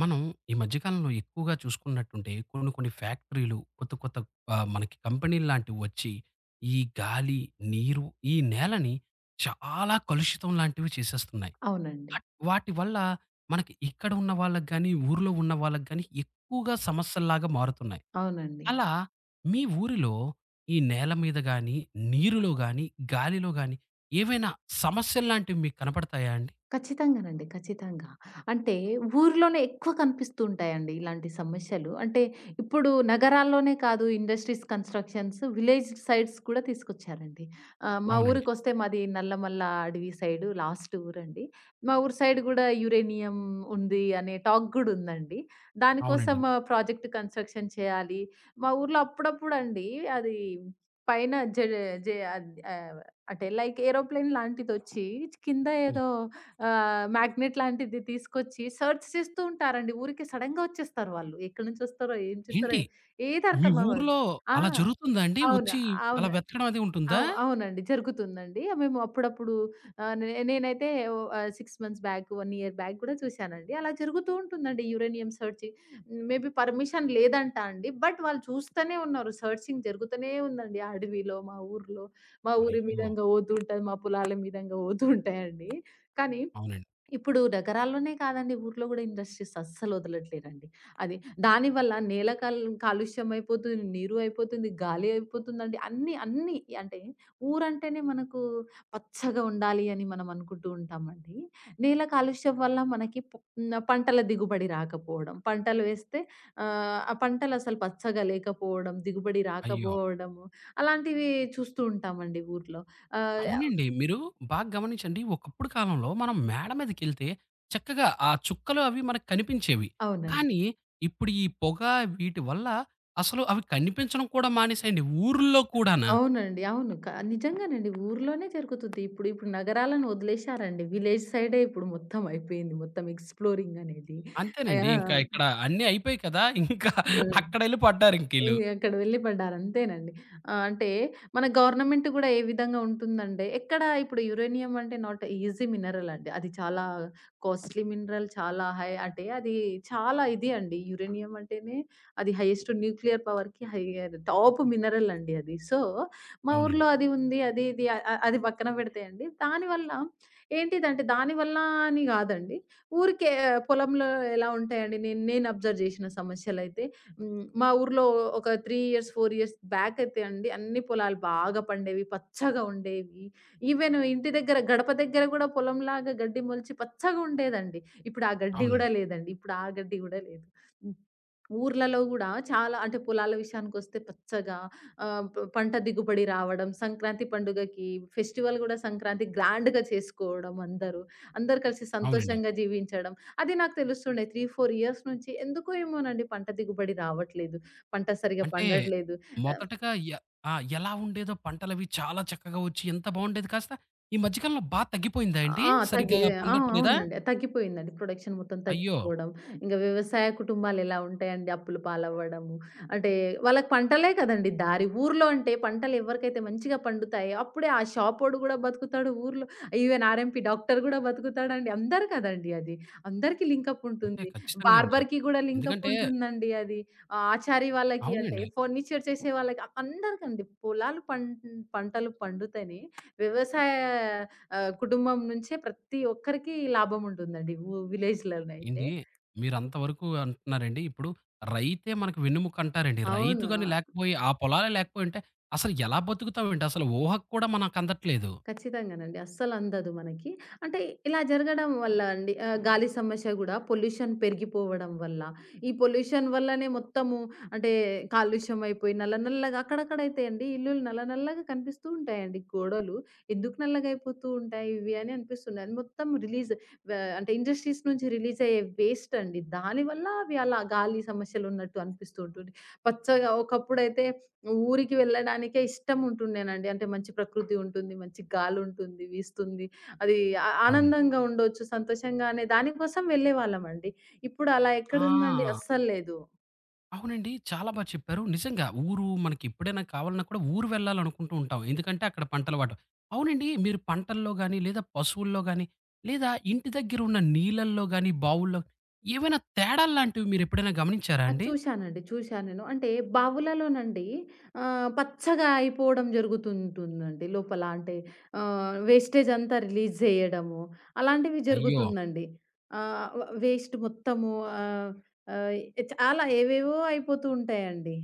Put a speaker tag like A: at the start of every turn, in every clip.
A: మనం ఈ మధ్య కాలంలో ఎక్కువగా చూసుకున్నట్టుంటే కొన్ని కొన్ని ఫ్యాక్టరీలు కొత్త కొత్త మనకి కంపెనీలు లాంటివి వచ్చి ఈ గాలి, నీరు, ఈ నేలని చాలా కలుషితం లాంటివి చేసేస్తున్నాయి.
B: అవునండి.
A: అట్ వాటి వల్ల మనకి ఇక్కడ ఉన్న వాళ్ళకి గాని, ఊర్లో ఉన్న వాళ్ళకి గాని ఎక్కువగా సమస్యల్లాగా మారుతున్నాయి.
B: అవునండి. హ్మ్.
A: అలా మీ ఊరిలో ఈ నేల మీద గాని, నీరులో గాని, గాలిలో గాని ఏవైనా సమస్యల్లాంటివి మీకు కనపడతాయా అండి?
B: ఖచ్చితంగానండి. ఖచ్చితంగా. అంటే ఊర్లోనే ఎక్కువ కనిపిస్తూ ఉంటాయండి ఇలాంటి సమస్యలు. అంటే ఇప్పుడు నగరాల్లోనే కాదు ఇండస్ట్రీస్ కన్‌స్ట్రక్షన్స్ విలేజ్ సైడ్స్ కూడా తీసుకొచ్చారండి. మా
A: అవునండి.
B: ఊరికొస్తే మాది నల్లమల్ల అడవి సైడు లాస్ట్ ఊరండి. మా ఊరు సైడ్ గూడా యురేనియం ఉంది అనే టాక్ గూడా ఉందండి.
A: అవునండి.
B: దానికోసం ప్రాజెక్ట్ కన్‌స్ట్రక్షన్ చేయాలి. మా ఊర్లో అప్పుడప్పుడండి అది పైన జె జె ఆహ్, అంటే లైక్ ఏరోప్లేన్ లాంటిదొచ్చి కింద
A: హ్మ్.
B: ఏదో మ్యాగ్నెట్ లాంటిది తీసుకొచ్చి సెర్చ్ చేస్తూ ఉంటారండి. ఊరికే సడెన్‌గా వచ్చేస్తారు వాళ్ళు. ఎక్కడి నుంచి వస్తారో, ఏం చేస్తారో
A: ఏంటి?
B: ఏది
A: మీ
B: అర్థం అవ్వదు.
A: ఊర్లో
B: ఆ!
A: అలా జరుగుతుందా అండి?
B: అవును.
A: వచ్చి అలా
B: అవును.
A: వెతకడం అది ఉంటుందా?
B: అవునండి. జరుగుతుందండి. మేము అప్పుడప్పుడు ఆహ్, నే నేనైతే ఓ ఆహ్, 6 మంత్స్ బ్యాక్, 1 ఇయర్ బ్యాక్ కూడా చూసానండి. అలా జరుగుతూ ఉంటుందండి యురేనియం సెర్చింగ్. మేబీ పర్మిషన్ లేదంట అండి. బట్ వాళ్ళు చూస్తూనే ఉన్నారు. సెర్చింగ్ జరుగుతూనే ఉందండి. ఆ అడవిలో, మా ఊర్లో, మా ఊరి
A: అయ్యో!
B: మీదంగా పోతూ ఉంటది. మా పొలాల మీదంగా పోతూ ఉంటాయండి. కానీ
A: అవునండి.
B: ఇప్పుడు నగరాల్లోనే కాదండి. ఊర్లో గూడా ఇండస్ట్రీస్ అస్సలు వదలట్లేరండి. అది దానివల్ల నేల కాలుష్యం అయిపోతుంది, నీరు అయిపోతుంది, గాలి అయిపోతుందండి. అన్నీ, అన్నీ అంటే ఊరంటేనే మనకు పచ్చగా ఉండాలి అని మనం అనుకుంటూ ఉంటామండి. నేల కాలుష్యం వల్ల మనకి పంటల దిగుబడి రాకపోవడం, పంటలు వేస్తే ఆ పంటలు అసలు పచ్చగా లేకపోవడం, దిగుబడి
A: అయ్యో!
B: రాకపోవడము అలాంటివి చూస్తూ ఉంటామండి ఊర్లో. ఆహ్,
A: అవునండి. మీరు బాగా గమనించండి. ఒకప్పుడు కాలంలో మనం మేడ మీదకెళ్తే చక్కగా ఆ చుక్కలు అవి మనకు కనిపించేవి.
B: అవునండి.
A: కానీ ఇప్పుడు ఈ పొగ వీటి వల్ల అసలు అవి కనిపించడం కూడా మానేసాయండి. ఊర్లో కూడానా?
B: అవునండి. అవును. నిజంగానండి. ఊర్లోనే జరుగుతుంది. ఇప్పుడు ఇప్పుడు నగరాలను వదిలేశారండి. విలేజ్ సైడే ఇప్పుడు మొత్తం అయిపోయింది. మొత్తం ఎక్స్‌ప్లోరింగ్ అనేది. ఆ!
A: అంతేనండి. ఇంకా ఇక్కడ అన్నీ అయిపోయాయి కదా! ఇంకా
B: ఆ!
A: అక్కడెళ్లి పడ్డారింకీళ్ళు.
B: ఇగ అక్కడ వెళ్ళి పడ్డారు. అంతేనండి. అంటే మన గవర్నమెంట్ గూడా ఏ విధంగా ఉంటుందంటే, ఎక్కడ ఇప్పుడు యురేనియం అంటే నాట్ ఈజీ మినరల్ అండి. అది చాలా కాస్ట్‌లీ మినరల్ చాలా హై అంటే అది చాలా ఇది అండి. యురేనియం అంటేనే అది హైయెస్ట్ న్యూక్లియర్ పవర్‌కి హై టాప్ మినరల్ అండి అది. సో, మా
A: అవునండి.
B: ఊర్లో అది ఉంది. అది ఇది అ అ- అది పక్కన పెడితే అండి, దానివల్ల ఏంటిదంటే దానివల్ల అని గాదండి. ఊరికే పొలంలో ఎలా ఉంటాయండి నేను నేను అబ్జర్వ్ జేసిన సమస్యలైతే హ్మ్. మా ఊర్లో ఒక 3 ఇయర్స్, 4 ఇయర్స్ బ్యాక్ అయితే అండి అన్ని పొలాలు బాగా పండేవి. పచ్చగా ఉండేవి. ఈవెన్ ఇంటి దగ్గర గడప దగ్గర గూడా పొలంలాగా గడ్డి మొలిచి పచ్చగా ఉండేదండి. ఇప్పుడు ఆ గడ్డి గూడా
A: అవునండి.
B: లేదండి. ఇప్పుడు ఆ గడ్డి గూడా లేదు. హ్మ్. ఊర్లలో గూడా చాలా అంటే పొలాల విషయానికొస్తే పచ్చగా ఆహ్, ప పంట దిగుబడి రావడం, సంక్రాంతి పండుగకి ఫెస్టివల్ గూడా సంక్రాంతి గ్రాండ్‌గా చేసుకోవడం అందరూ. అందరూ కలిసి
A: అవునండి.
B: సంతోషంగా జీవించడం. అది నాకు తెలుస్తుండే 3, 4 ఇయర్స్ నుంచి ఎందుకో ఏమోనండి పంట దిగుబడి రావట్లేదు. పంట సరిగ్గా
A: అంటే
B: పండట్లేదు. ఆహ్,
A: మొదటగా ఎ ఆ! ఎలా ఉండేదో పంటలవి చాలా చక్కగా వచ్చి ఎంత బావుండేది కాస్త ఈ మధ్య కాలంలో బా తగ్గిపోయిందా అండి?
B: ఆ!
A: సరిగ్గా
B: ఆ!
A: పండట్లేదా?
B: అవునండి. తగ్గిపోయిందండి. ప్రొడక్షన్ మొత్తం
A: అయ్యో!
B: తగ్గిపోవడం. ఇంక వ్యవసాయ కుటుంబాలెలా ఉంటాయండి అప్పుల పాలవ్వడము. అంటే వాళ్ళకి పంటలే కదండీ దారి. ఊర్లో అంటే పంటలెవరికైతే మంచిగా పండుతాయో అప్పుడే ఆ షాపోడు గూడా బతుకుతాడు ఊర్లో. ఈవెన్ ఆర్ఎంపీ డాక్టర్ గూడా బతుకుతాడండి. అందరు కదండీ అది. అందరికీ లింకప్
A: అంతే
B: ఉంటుంది.
A: ఖచ్చితంగా అండి.
B: బార్బర్‌కి గూడా లింకప్
A: ఎందుకంటే
B: ఉంటుందండి అది. ఆచారి వాళ్ళకి అంటే
A: అవునండి.
B: ఫర్నిచర్ చేసే వాళ్ళకి అందరికండి. పొలాలు పం పంటలు పండుతేనే వ్యవసాయ కుటుంబం నుంచే ప్రతి ఒక్కరికి లాభం ఉంటుందండి. ఊ విలేజ్‌లోనైతే.
A: ఏంది మీరంత వరకు అంటున్నారండి. ఇప్పుడు రైతే మనకు వెన్నెముక అంటారండి. రైతు
B: అవును.
A: గాని లేకపోయి ఆ పొలాలే లేకపోయుంటే అసలు ఎలా బతుకుతామండి? అసలు ఊహకు కూడా మనకందట్లేదు.
B: ఖచ్చితంగానండి. అస్సలందదు మనకి. అంటే ఇలా జరగడం వల్ల అండి గాలి సమస్య గూడా పొల్యూషన్ పెరిగిపోవడం వల్ల, ఈ పొల్యూషన్ వల్లనే మొత్తము అంటే కాలుష్యం అయిపోయి నల్ల నల్లగా అక్కడక్కడైతే అండి ఇల్లులు నల్ల నల్లగా కనిపిస్తూ ఉంటాయండి గోడలు. ఎందుకు నల్లగయిపోతూ ఉంటాయి ఇవి అని అనిపిస్తుంది. అది మొత్తం రిలీజ్ వ అంటే ఇండస్ట్రీస్ నుంచి రిలీజ్ అయ్యే వేస్ట్ అండి. దానివల్ల అవి అలా గాలి సమస్యలున్నట్టు అనిపిస్తూ ఉంటుంది. పచ్చగా ఒకప్పుడైతే ఊరికి వెళ్ళడానికే ఇష్టం ఉంటుండేనండి. అంటే మంచి ప్రకృతి ఉంటుంది. మంచి గాలుంటుంది, వీస్తుంది. అది ఆ
A: అవునండి.
B: ఆనందంగా ఉండొచ్చు, సంతోషంగానే దానికోసం వెళ్ళేవాళ్ళమండి. ఇప్పుడు అలా ఎక్కడుందండి?
A: ఆ!
B: అస్సలు లేదు.
A: అవునండి. చాలా బా చెప్పారు. నిజంగా ఊరు మనకి ఎప్పుడైనా కావాలన్నా కూడా ఊరు వెళ్ళాలనుకుంటూ ఉంటాం. ఎందుకంటే అక్కడ పంటలు వాటం. అవునండి. మీరు పంటల్లో గాని, లేదా పశువుల్లో గాని, లేదా ఇంటి దగ్గర ఉన్న నీళ్ళల్లో గాని, బావుల్లో ఏవైనా తేడాల్లాంటివి మీరెప్పుడైనా గమనించారా
B: ఆ!
A: అండి?
B: చూశానండి. చూశాను నేను. అంటే బావులలోనండి పచ్చగా అయిపోవడం జరుగుతుంటుందండి లోపల. అంటే వేస్టేజ్ అంతా రిలీజ్ జేయడము, అలాంటివి
A: అయ్యో!
B: జరుగుతుందండి. ఆహ్, వ వేస్ట్ మొత్తము ఆహ్, ఆహ్, చాలా ఏవేవో అయిపోతూ ఉంటాయండి.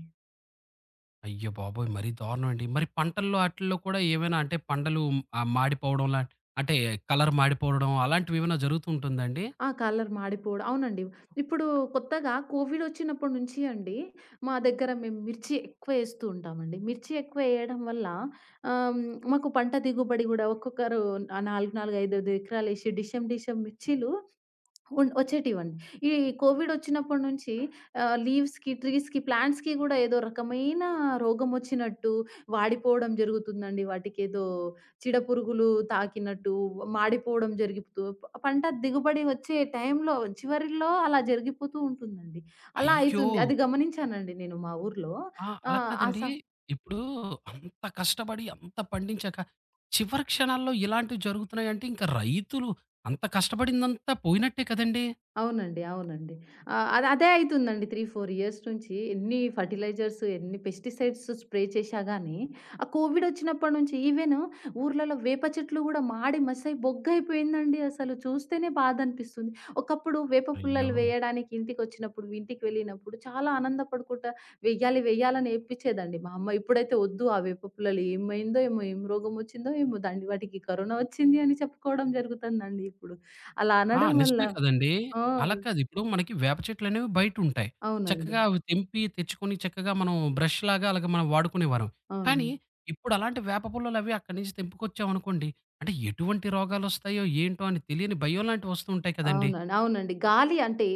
A: అయ్య బాబోయ్! మరీ దారుణం అండి. మరి పంటల్లో ఆటిల్లో కూడా ఏమైనా అంటే పంటలు మాడిపోవడం లాంటి అంటే కలర్ మాడిపోవడం అలాంటివేమైనా జరుగుతూ ఉంటుందా అండి?
B: ఆ! కలర్ మాడిపోవడం అవునండి. ఇప్పుడు కొత్తగా కోవిడ్ వచ్చినప్పటి నుంచి అండి, మా దగ్గర మేము మిర్చి ఎక్కువ ఏస్తూ ఉంటామండి. మిర్చి ఎక్కువ ఏయడం వల్ల ఆహ్, మాకు పంట దిగుబడి గూడా ఒక్కొక్కరు 4, 4, 5, 5 ఎకరాలేసి డిషెం డిషెం మిర్చీలు వచ్చేటివండి. ఈ కోవిడొచ్చినప్పటి నుంచి లీవ్స్‌కి, ట్రీస్‌కి, ప్లాంట్స్‌కి గూడా ఏదో రకమైన రోగమొచ్చినట్టు, వాడిపోవడం జరుగుతుందండి. వాటికేదో చీడపురుగులు తాకినట్టు, మాడిపోవడం జరిగిపోతూ పంట దిగుబడి వచ్చే టైంలో చివరిలో అలా జరిగిపోతూ ఉంటుందండి. అలా
A: అయ్యో!
B: అయితుంది. అది గమనించానండి నేను మా ఊర్లో.
A: ఆ! అలా
B: ఆహ్, ఆ
A: కాదండి.
B: సం
A: ఇప్పుడు అంత కష్టపడి, అంత పండించాక చివరి క్షణాల్లో ఇలాంటివి జరుగుతున్నాయంటే ఇంక రైతులు అంత కష్టపడిందంతా పోయినట్టే కదండీ!
B: అవునండి. అవునండి. అది అదే అయితుందండి 3, 4 ఇయర్స్ నుంచి ఎన్ని ఫెర్టిలైజర్స్, ఎన్ని పెస్టిసైడ్స్ స్ప్రే చేశా గానీ, ఆ కోవిడ్ ఒచ్చినప్పటి నుంచి ఈవెన్ ఊర్లలో వేప చెట్లు గూడా మాడి మసై బొగ్గయిపోయిందండి అసలు. చూస్తేనే బాధనిపిస్తుంది. ఒకప్పుడు వేప
A: అయ్యో!
B: పుల్లలు వేయడానికి ఇంటికొచ్చినప్పుడు, ఇంటికి వెళ్ళినప్పుడు చాలా ఆనందపడుకుంటా వెయ్యాలి, వెయ్యాలని ఏడ్పిచ్చేదండి మా అమ్మ. ఇప్పుడైతే "ఒద్దు ఆ వేప పుల్లలు ఏమైందో ఏమో, ఏం రోగం ఒచ్చిందో ఏమో, దాన్ని వాటికి కరోనా ఒచ్చింది" అని చెప్పుకోవడం జరుగుతుందండి ఇప్పుడు. అలా
A: ఆ!
B: అనడం వల్ల
A: నిజమే కదండీ!
B: ఆ!
A: అలా కాదు. ఇప్పుడు మనకి వేప చెట్లనేవి బయటుంటాయి.
B: అవునండి.
A: చక్కగా అవి తెంపి, తెచ్చుకొని చక్కగా మనం బ్రష్‌లాగా అలాగా మనం వాడుకునేవారం. కానీ
B: అవును.
A: ఇప్పుడు అలాంటి వేప పుల్లలవి అక్కడి నుంచి తెంపుకొచ్చామనుకోండి, అంటే ఎటువంటి రోగాలొస్తాయో, ఏంటో అని తెలియని భయం లాంటివి వస్తూ ఉంటాయి కదండీ!
B: అవునండి. అవునండి. గాలి అంటే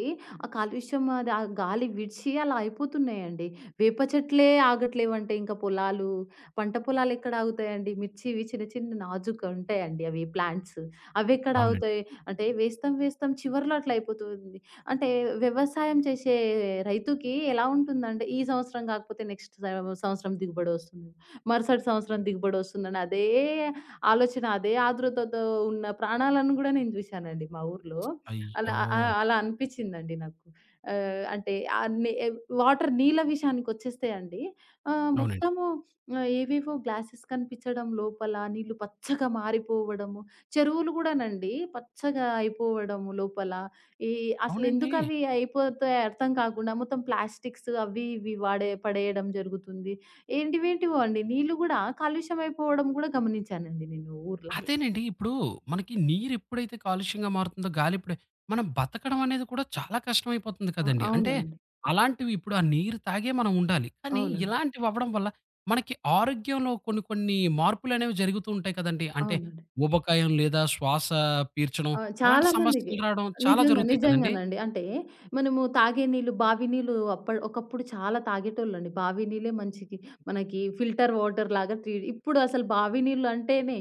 B: ఆ కాలుష్యం అది ఆ గాలి విడిచి అలా అయిపోతున్నాయండి. వేప చెట్లే ఆగట్లేవంటే ఇంకా పొలాలు, పంట పొలాలు ఎక్కడ ఆగుతాయండి? మిర్చివి చిన్న చిన్న నాజూగ్గా ఉంటాయండి అవి ప్లాంట్స్. అవెక్కడ
A: అవునండి.
B: ఆగుతాయి? అంటే వేస్తాం వేస్తాం చివర్లో అట్లా అయిపోతుంది. అంటే వ్యవసాయం చేసే రైతుకి ఎలా ఉంటుందంటే ఈ సంవత్సరం కాకపోతే నెక్స్ట్ సంవత్సరం దిగుబడొస్తుంది. మరుసటి సంవత్సరం దిగుబడొస్తుందని అదే ఆలోచన, అదే ఆతృతతో ఉన్న ప్రాణాలను గూడా నేను చూశానండి మా ఊర్లో.
A: అయ్యో!
B: అలా అనిపిచ్చిందండి నాకు. ఆహ్, అంటే ఆహ్, నే వాటర్ నీళ్ళ విషయానికొచ్చేస్తే అండి
A: అవునండి.
B: మొత్తము ఏవేవో గ్లాసెస్ కనిపిచ్చడం లోపల, నీళ్ళు పచ్చగా మారిపోవడము, చెరువులు గూడానండి పచ్చగా అయిపోవడము లోపల. ఈ
A: అవునండి.
B: అసలెందుకవి అయిపోతాయో అర్థం కాకుండా మొత్తం ప్లాస్టిక్స్ అవి ఇవి వాడే పడేయడం జరుగుతుంది. ఏంటివేంటివో అండి నీళ్ళు గూడా కాలుష్యమైపోవడం గూడా గమనించానండి నేను ఊర్లో.
A: అదేనండి. ఇప్పుడు మనకి నీరెప్పుడైతే కాలుష్యంగా మారుతుందో, గాలి ఎప్పుడై మనం బతకడం అనేది కూడా చాలా కష్టమైపోతుంది
B: ఆ!
A: కదండీ! అంటే
B: అవునండి.
A: అలాంటివి ఇప్పుడు ఆ నీరు తాగే మనం ఉండాలి. కానీ
B: అవునండి.
A: ఇలాంటివి అవ్వడం వల్ల మనకి ఆరోగ్యంలో కొన్ని కొన్ని మార్పులనేవి జరుగుతూ ఉంటాయి కదండీ! అంటే
B: అవునండి.
A: ఊబకాయం లేదా శ్వాస పీల్చడం
B: ఆ!
A: అలాంటి
B: చాలా మందికి.
A: సమస్యలు రావడం చాలా
B: నిజంగా.
A: జరుగుతాయి కదండీ!
B: నిజంగానండి. అంటే మనము తాగే నీళ్ళు, బావి నీళ్ళు ఒకప్పుడు చాలా తాగేటోళ్ళండి. బావి నీళ్ళే మంచికి మనకి ఫిల్టర్ వాటర్ లాగా ఇప్పుడు అసలు బావి నీళ్ళు అంటేనే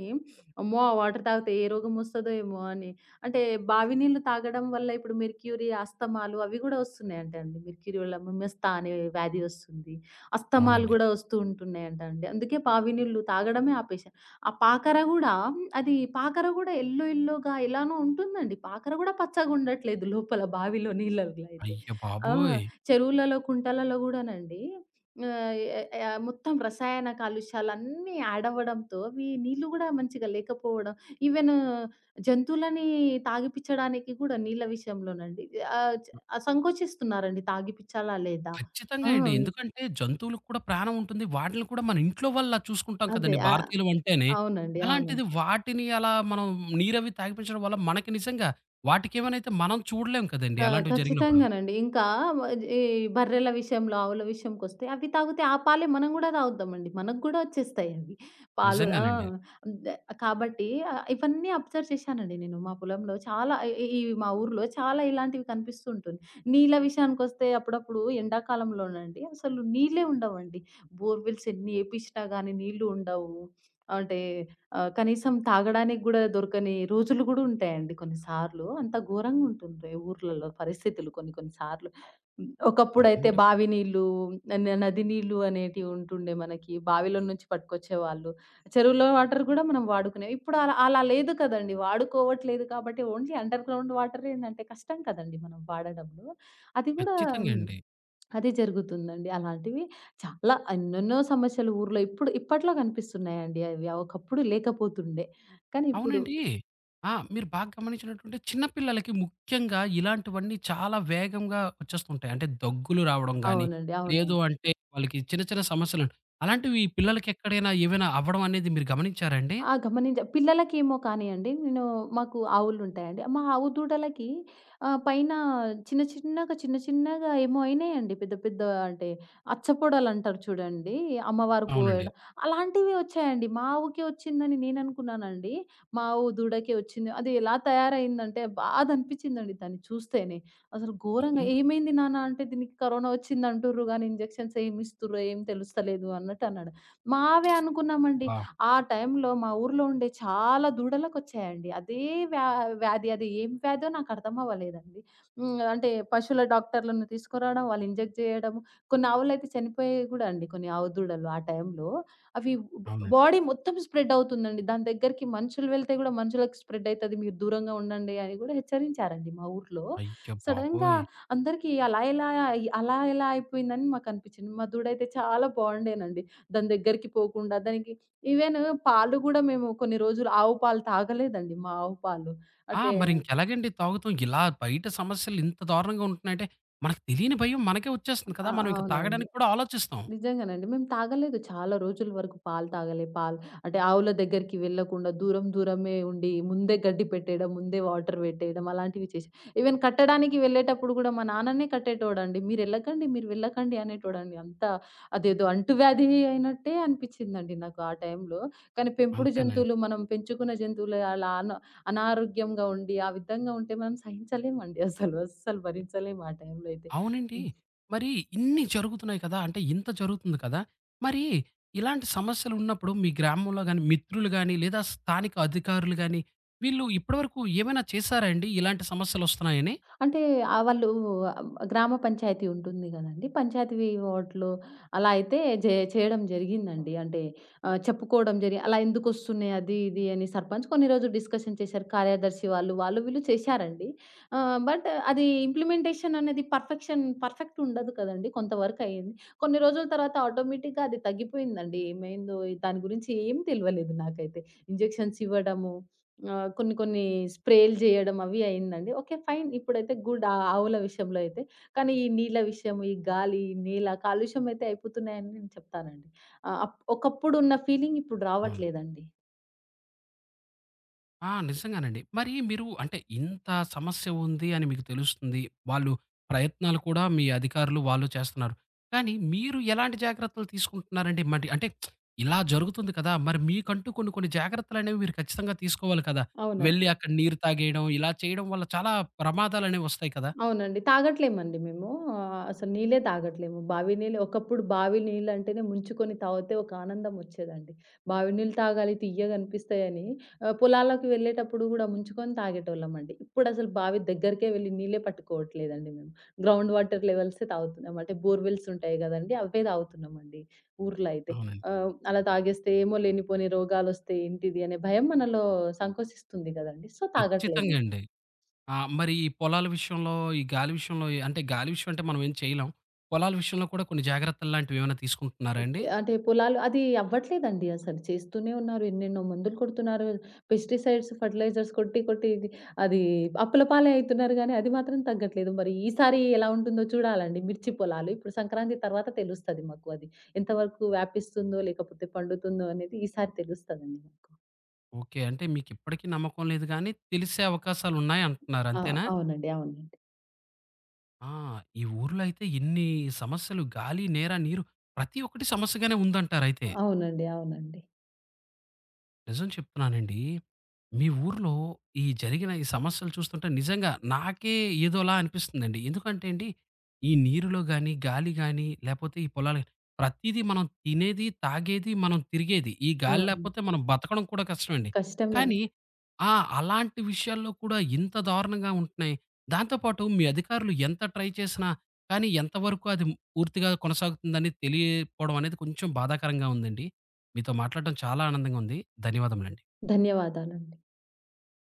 B: అమ్మో! ఆ వాటర్ తాగితే ఏ రోగం వస్తదో ఏమో అని. అంటే బావి నీళ్ళు తాగడం వల్ల ఇప్పుడు మెర్క్యూరీ, అస్తమాలు అవి కూడా వస్తున్నాయంట అండి. మెర్క్యూరీ వల్ల మిస్తా అనే వ్యాధి వస్తుంది. అస్తమాలు
A: అవునండి.
B: కూడా వస్తూ ఉంటున్నాయంట అండి. అందుకే బావి నీళ్ళు తాగడమే ఆపేశా. ఆ పాకర గూడా అది పాకర గూడా యెల్లో యెల్లోగా ఎలానో ఉంటుందండి. పాకర గూడా పచ్చగుండట్లేదు లోపల బావిలో నీళ్ళలో అయితే.
A: అయ్య
B: ఆ!
A: బాబోయ్!
B: చెరువులలో, కుంటలలో గూడానండి ఆహ్, ఎ మొత్తం రసాయన కాలుష్యాలన్నీ యాడ్ అవ్వడంతో అవి నీళ్ళు గూడా మంచిగా లేకపోవడం, ఈవెన్ జంతువులని తాగిపిచ్చడానికి గూడా నీళ్ళ విషయంలోనండి ఆహ్, చ సంకోచిస్తున్నారండి తాగిపిచ్చాలా లేదా?
A: ఖచ్చితంగా
B: ఆ!
A: అండి. ఎందుకంటే జంతువులకు కూడా ప్రాణం ఉంటుంది. వాటిల్ని కూడా మన ఇంట్లో వాళ్ళలా చూసుకుంటాం
B: అదే.
A: కదండీ భారతీయులం అంటేనే.
B: అవునండి. అవును.
A: అలాంటిది వాటిని అలా మనం నీరవి తాగిపించడం వల్ల మనకి నిజంగా వాటికేమైనైతే మనం చూడలేం కదండీ అలాంటివి జరిగినప్పుడు.
B: ఖచ్చితంగానండి. ఇంకా వ ఈ బర్రెల విషయంలో, ఆవుల విషయంకొస్తే అవి తాగితే ఆ పాలే మనం గూడా తాగుతామండి. మనకు గూడా వచ్చేస్తాయి అవి. పాలు ఆ!
A: నిజంగానండి.
B: అవును. దె కాబట్టి ఇవన్నీ అబ్జర్వ్ చేశానండి నేను. మా పొలంలో చాలా ఇ ఈ ఈ మా ఊర్లో చాలా ఇలాంటివి కనిపిస్తూ ఉంటుంది. నీళ్ళ విషయానికొస్తే అప్పుడప్పుడు ఎండాకాలంలోనండి అసలు నీళ్ళే ఉండవండి. బోర్‌వెల్స్ ఎన్ని ఏపిచ్చినా గానీ నీళ్ళు ఉండవు. అంటే కనీసం తాగడానికి గూడా దొరకని రోజులు గూడా ఉంటాయండి కొన్నిసార్లు. అంత ఘోరంగుంటుంటాయి ఊర్లలో పరిస్థితులు కొన్ని కొన్ని సార్లు. హ్మ్. ఒకప్పుడైతే
A: అవునండి.
B: బావి నీళ్ళు, నది నీళ్ళు అనేటివి ఉంటుండే మనకి. బావిలో నుంచి పట్టుకొచ్చేవాళ్ళు. చెరువులో వాటర్ గూడా మనం వాడుకునేవి. ఇప్పుడు అలా అలా లేదు కదండీ. వాడుకోవట్లేదు కాబట్టి ఓన్లీ అండర్ గ్రౌండ్ వాటర్ ఏంటంటే కష్టం కదండీ మనం వాడడంలో. అది గూడా
A: ఖచ్చితంగా
B: హ్మ్.
A: అండి.
B: అది జరుగుతుందండి. అలాంటివి చాలా ఎన్నెన్నో సమస్యలు ఊర్లో ఇప్పట్లో కనిపిస్తున్నాయండి అవి. ఒకప్పుడు లేకపోతుండే. కానీ ఇప్పుడు
A: అవునండి. ఆ! మీరు బాగా గమనించినట్టుంటే చిన్న పిల్లలకి ముఖ్యంగా ఇలాంటివన్నీ చాలా వేగంగా వచ్చేస్తుంటాయి. అంటే దగ్గులు రావడం గానీ,
B: అవునండి.
A: లేదు
B: అవునండి.
A: అంటే వాళ్ళకి చిన్న చిన్న సమస్యలు అలాంటివి ఈ పిల్లలకి ఎక్కడైనా ఏవైనా అవ్వడం అనేది మీరు గమనించారా అండి?
B: ఆ! పిల్లలకేమో కానియండి, నేను మాకు ఆవులుంటాయండి. మా ఆవు దూడలకి పైన చిన్న చిన్నగా, చిన్న చిన్నగా ఏమో అయినాయండి. పెద్ద పెద్ద అంటే అచ్చపొడలంటారు చూడండి. అమ్మవారు
A: అవునండి.
B: పోయడం అలాంటివి వచ్చాయండి. మా ఆవుకే వచ్చిందని నేననుకున్నానండి. మా ఆవు దూడకే వచ్చింది. అది ఎలా తయారయిందంటే బాధ అనిపించిందండి దాన్ని చూస్తేనే. అసలు ఘోరంగా
A: ఇన్
B: "ఏమైంది నాన్న" అంటే దీనికి కరోనా వచ్చిందంటుర్రు గానీ ఇంజెక్షన్స్ ఏమిస్తుర్రో ఏం తెలుస్తలేదు అన్నట్టు అన్నాడు. మావే అనుకున్నామండి.
A: ఆ!
B: ఆ టైంలో మా ఊర్లో ఉండే చాలా దూడలకొచ్చాయండి. అదే వ్యా వ్యాధి. అది ఏం వ్యాధో నాకర్థం అవ్వలేదండి. హ్మ్. అంటే పశువుల డాక్టర్‌లను తీసుకురావడం, వాళ్ళు ఇంజెక్ట్ జేయడం. కొన్ని ఆవులైతే చనిపోయాయి గూడా అండి. కొన్ని ఆవు దూడలు ఆ టైంలో. అవి బ్
A: అవునండి.
B: బాడీ మొత్తం స్ప్రెడ్ అవుతుందండి. దాని దగ్గరికి మనుషులు వెళ్తే గూడా మనుషులకి స్ప్రెడ్ అయితది. మీరు దూరంగా ఉండండి అని గూడా హెచ్చరించారండి మా ఊర్లో.
A: అయ్య
B: సడెన్‌గా
A: బాబోయ్!
B: అందరికీ అలా ఎలా అయిపోయిందని మాకనిపిచ్చింది. మా దూడైతే చాలా బావుండేనండి. దాని దగ్గరికి పోకుండా దానికి ఈవెన్ పాలు గూడా మేము కొన్ని రోజులు ఆవు పాలు తాగలేదండి మా ఆవు పాలు.
A: ఆ!
B: అంటే
A: మరింకెలాగండి తాగుతాం? ఇలా బయట సమస్యలు ఇంత దారుణంగా ఉంటున్నాయంటే, మనకు తెలియని భయం మనకే వచ్చేస్తుంది
B: ఆ!
A: కదా! మనం ఇంక
B: అవునవును.
A: తాగడానికి కూడా ఆలోచిస్తాం.
B: నిజంగానండి. మేము తాగలేదు. చాలా రోజుల వరకు పాలు తాగలే. పాలు అంటే ఆవుల దగ్గరికి వెళ్ళకుండా దూరం దూరమే ఉండి ముందే గడ్డి పెట్టేయడం, ముందే వాటర్ పెట్టేయడం అలాంటివి చేశాం. ఈవెన్ కట్టడానికి వెళ్ళేటప్పుడు కూడా మా నాన్ననే కట్టేటోడండి. "మీరెళ్ళకండి, మీరు వెళ్ళకండి" అనేటోడండి. అంత అదేదో అంటువ్యాధి అయినట్టే అనిపిచ్చిందండి నాకు ఆ టైంలో. కానీ పెంపుడు
A: అంతేనండి.
B: జంతువులు మనం పెంచుకున్న జంతువులు అలా అనారోగ్యంగా ఉండి ఆ విధంగా ఉంటే మనం సహించలేమండి అసలు. అస్సలు భరించలేము ఆ టైంలో అయితే.
A: అవునండి.
B: హ్మ్.
A: మరి ఇన్ని జరుగుతున్నాయి కదా! అంటే ఇంత జరుగుతుంది కదా! మరి ఇలాంటి సమస్యలున్నప్పుడు మీ గ్రామంలో గాని, మిత్రులు గాని, లేదా స్థానిక అధికారులు గాని, వీళ్ళు ఇప్పటి వరకు ఏమైనా చేశారా అండి? ఇలాంటి సమస్యలొస్తున్నాయని?
B: అంటే వాళ్ళు గ్రామ పంచాయతీ ఉంటుంది గదండీ! పంచాయతీ వార్డ్‌లో అలా అయితే జే చేయడం జరిగిందండి. అంటే చెప్పుకోవడం జరిగి అలా ఎందుకొస్తున్నాయి అది, ఇది అని సర్పంచ్ కొన్ని రోజులు డిస్కషన్ చేశారు. కార్యదర్శి వాళ్ళు వీళ్ళు చేశారండి. బట్ అది ఇంప్లిమెంటేషన్ అనేది పర్ఫెక్ట్ ఉండదు కదండీ! కొంతవరకు అయింది. కొన్ని రోజుల తర్వాత ఆటోమేటిక్‌గా అది తగ్గిపోయిందండి. ఏమైందో దాని గురించి ఏం తెలవలేదు నాకైతే. ఇంజెక్షన్స్ ఇవ్వడము ఆ! కొన్ని కొన్ని స్ప్రేలు జేయడం అవి అయిందండి. ఓకే. ఫైన్. ఇప్పుడైతే గుడ్ ఆ ఆవుల విషయంలో అయితే. కానీ ఈ నీళ్ళ విషయం, ఈ గాలి, నేల కాలుష్యం అయితే అయిపోతున్నాయని నేను చెప్తానండి. ఆహ్, అప్ ఒకప్పుడున్న ఫీలింగ్ ఇప్పుడు
A: అవును.
B: రావట్లేదండి.
A: ఆ! నిజంగానండి. మరి మీరు అంటే ఇంత సమస్య ఉంది అని మీకు తెలుస్తుంది. వాళ్ళు ప్రయత్నాలు కూడా మీ అధికారులు వాళ్ళు చేస్తున్నారు. కానీ మీరు ఎలాంటి జాగ్రత్తలు తీసుకుంటున్నారండి? మరి అంటే ఇలా జరుగుతుంది కదా! మరి మీకంటూ కొన్ని కొన్ని జాగ్రత్తలనేవి మీరు ఖచ్చితంగా తీసుకోవాలి కదా! వెళ్లి
B: అవునండి.
A: అక్కడ నీరు తాగేయడం ఇలా చేయడం వల్ల చాలా ప్రమాదాలనేవి వస్తాయి కదా!
B: అవునండి. తాగట్లేమండి మేము. అసలు నీళ్ళే తాగట్లేము. బావి నీళ్ళు ఒకప్పుడు బావి నీళ్ళంటేనే ముంచుకొని తాగితే ఒక ఆనందం ఒచ్చేదండి. బావి నీళ్ళు తాగాలి తియ్యగనిపిస్తాయని పొలాలకు వెళ్ళేటప్పుడు గూడా ముంచుకొని తాగేటోళ్ళమండి. ఇప్పుడసలు బావి దగ్గరికే వెళ్లి నీళ్ళే పట్టుకోవట్లేదండి మేము. గ్రౌండ్ వాటర్ లెవెల్సే తాగుతున్నాం. అంటే బోర్‌వెల్స్ ఉంటాయి గదండీ! అవే తాగుతున్నామండి ఊర్లో అయితే.
A: అవునండి.
B: అలా తాగేస్తే ఏమో లేనిపోని రోగాలొస్తాయి ఏంటిది అనే భయం మనలో సంకోచిస్తుంది గదండీ! సో, తాగట్లేదు.
A: ఖచ్చితంగా అండి. ఆ! మరి ఈ పొలాల విషయంలో, ఈ గాలి విషయంలో అంటే గాలి విషయం అంటే మనం ఏం చేయలేం. పొలాల విషయంలో కూడా కొన్ని జాగ్రత్తలు లాంటివి ఏమైనా తీసుకుంటున్నారా అండి?
B: ఓకే. అంటే పొలాలు అది అవ్వట్లేదండి అసలు. చేస్తూనే ఉన్నారు. ఎన్నెన్నో మందులు కొడుతున్నారు. పెస్టిసైడ్స్, ఫెర్టిలైజర్స్ కొట్టి, కొట్టి ఇది అది అప్పుల పాలే అయితున్నారు గానీ, అది మాత్రం తగ్గట్లేదు. మరి ఈసారి ఎలా ఉంటుందో చూడాలండి మిర్చి పొలాలు. ఇప్పుడు సంక్రాంతి తర్వాత తెలుస్తది మాకు అది. ఎంతవరకు వ్యాపిస్తుందో, లేకపోతే పండుతుందో అనేది ఈసారి తెలుస్తదండి మాకు.
A: ఓకే. అంటే మీకిప్పటికి నమ్మకం లేదు గానీ, తెలిసే అవకాశాలున్నాయంటున్నారు
B: ఆ!
A: అంతేనా?
B: అవునండి. అవునండి.
A: ఆ! ఈ ఊర్లో అయితే ఇన్ని సమస్యలు గాలి, నేర, నీరు ప్రతి ఒక్కటి సమస్యగానే ఉందంటారయితే.
B: అవునండి. అవునండి.
A: నిజం చెప్తున్నానండి. మీ ఊర్లో ఈ జరిగిన ఈ సమస్యలు చూస్తుంటే నిజంగా నాకే ఏదోలా అనిపిస్తుందండి. ఎందుకంటే అండి, ఈ నీరులో గాని, గాలి గాని, లేపోతే ఈ పొలాలు ప్రతీదీ మనం తినేది, తాగేది, మనం తిరిగేది. ఈ గాలి
B: అవును.
A: లేపోతే మనం బతకడం కూడా కష్టమండి.
B: కష్టమే.
A: కానీ ఆ! అలాంటి విషయాల్లో కూడా ఇంత దారుణంగా ఉంటున్నాయి. దాంతో పాటు మీ అధికారులు ఎంత ట్రై చేసినా, కానీ ఎంతవరకు అది పూర్తిగా కొనసాగుతుందని తెలియకపోవడం అనేది కొంచెం బాధాకరంగా ఉందండి. మీతో మాట్లాడటం చాలా ఆనందంగా ఉంది. ధన్యవాదములండి.
B: ధన్యవాదాలండి.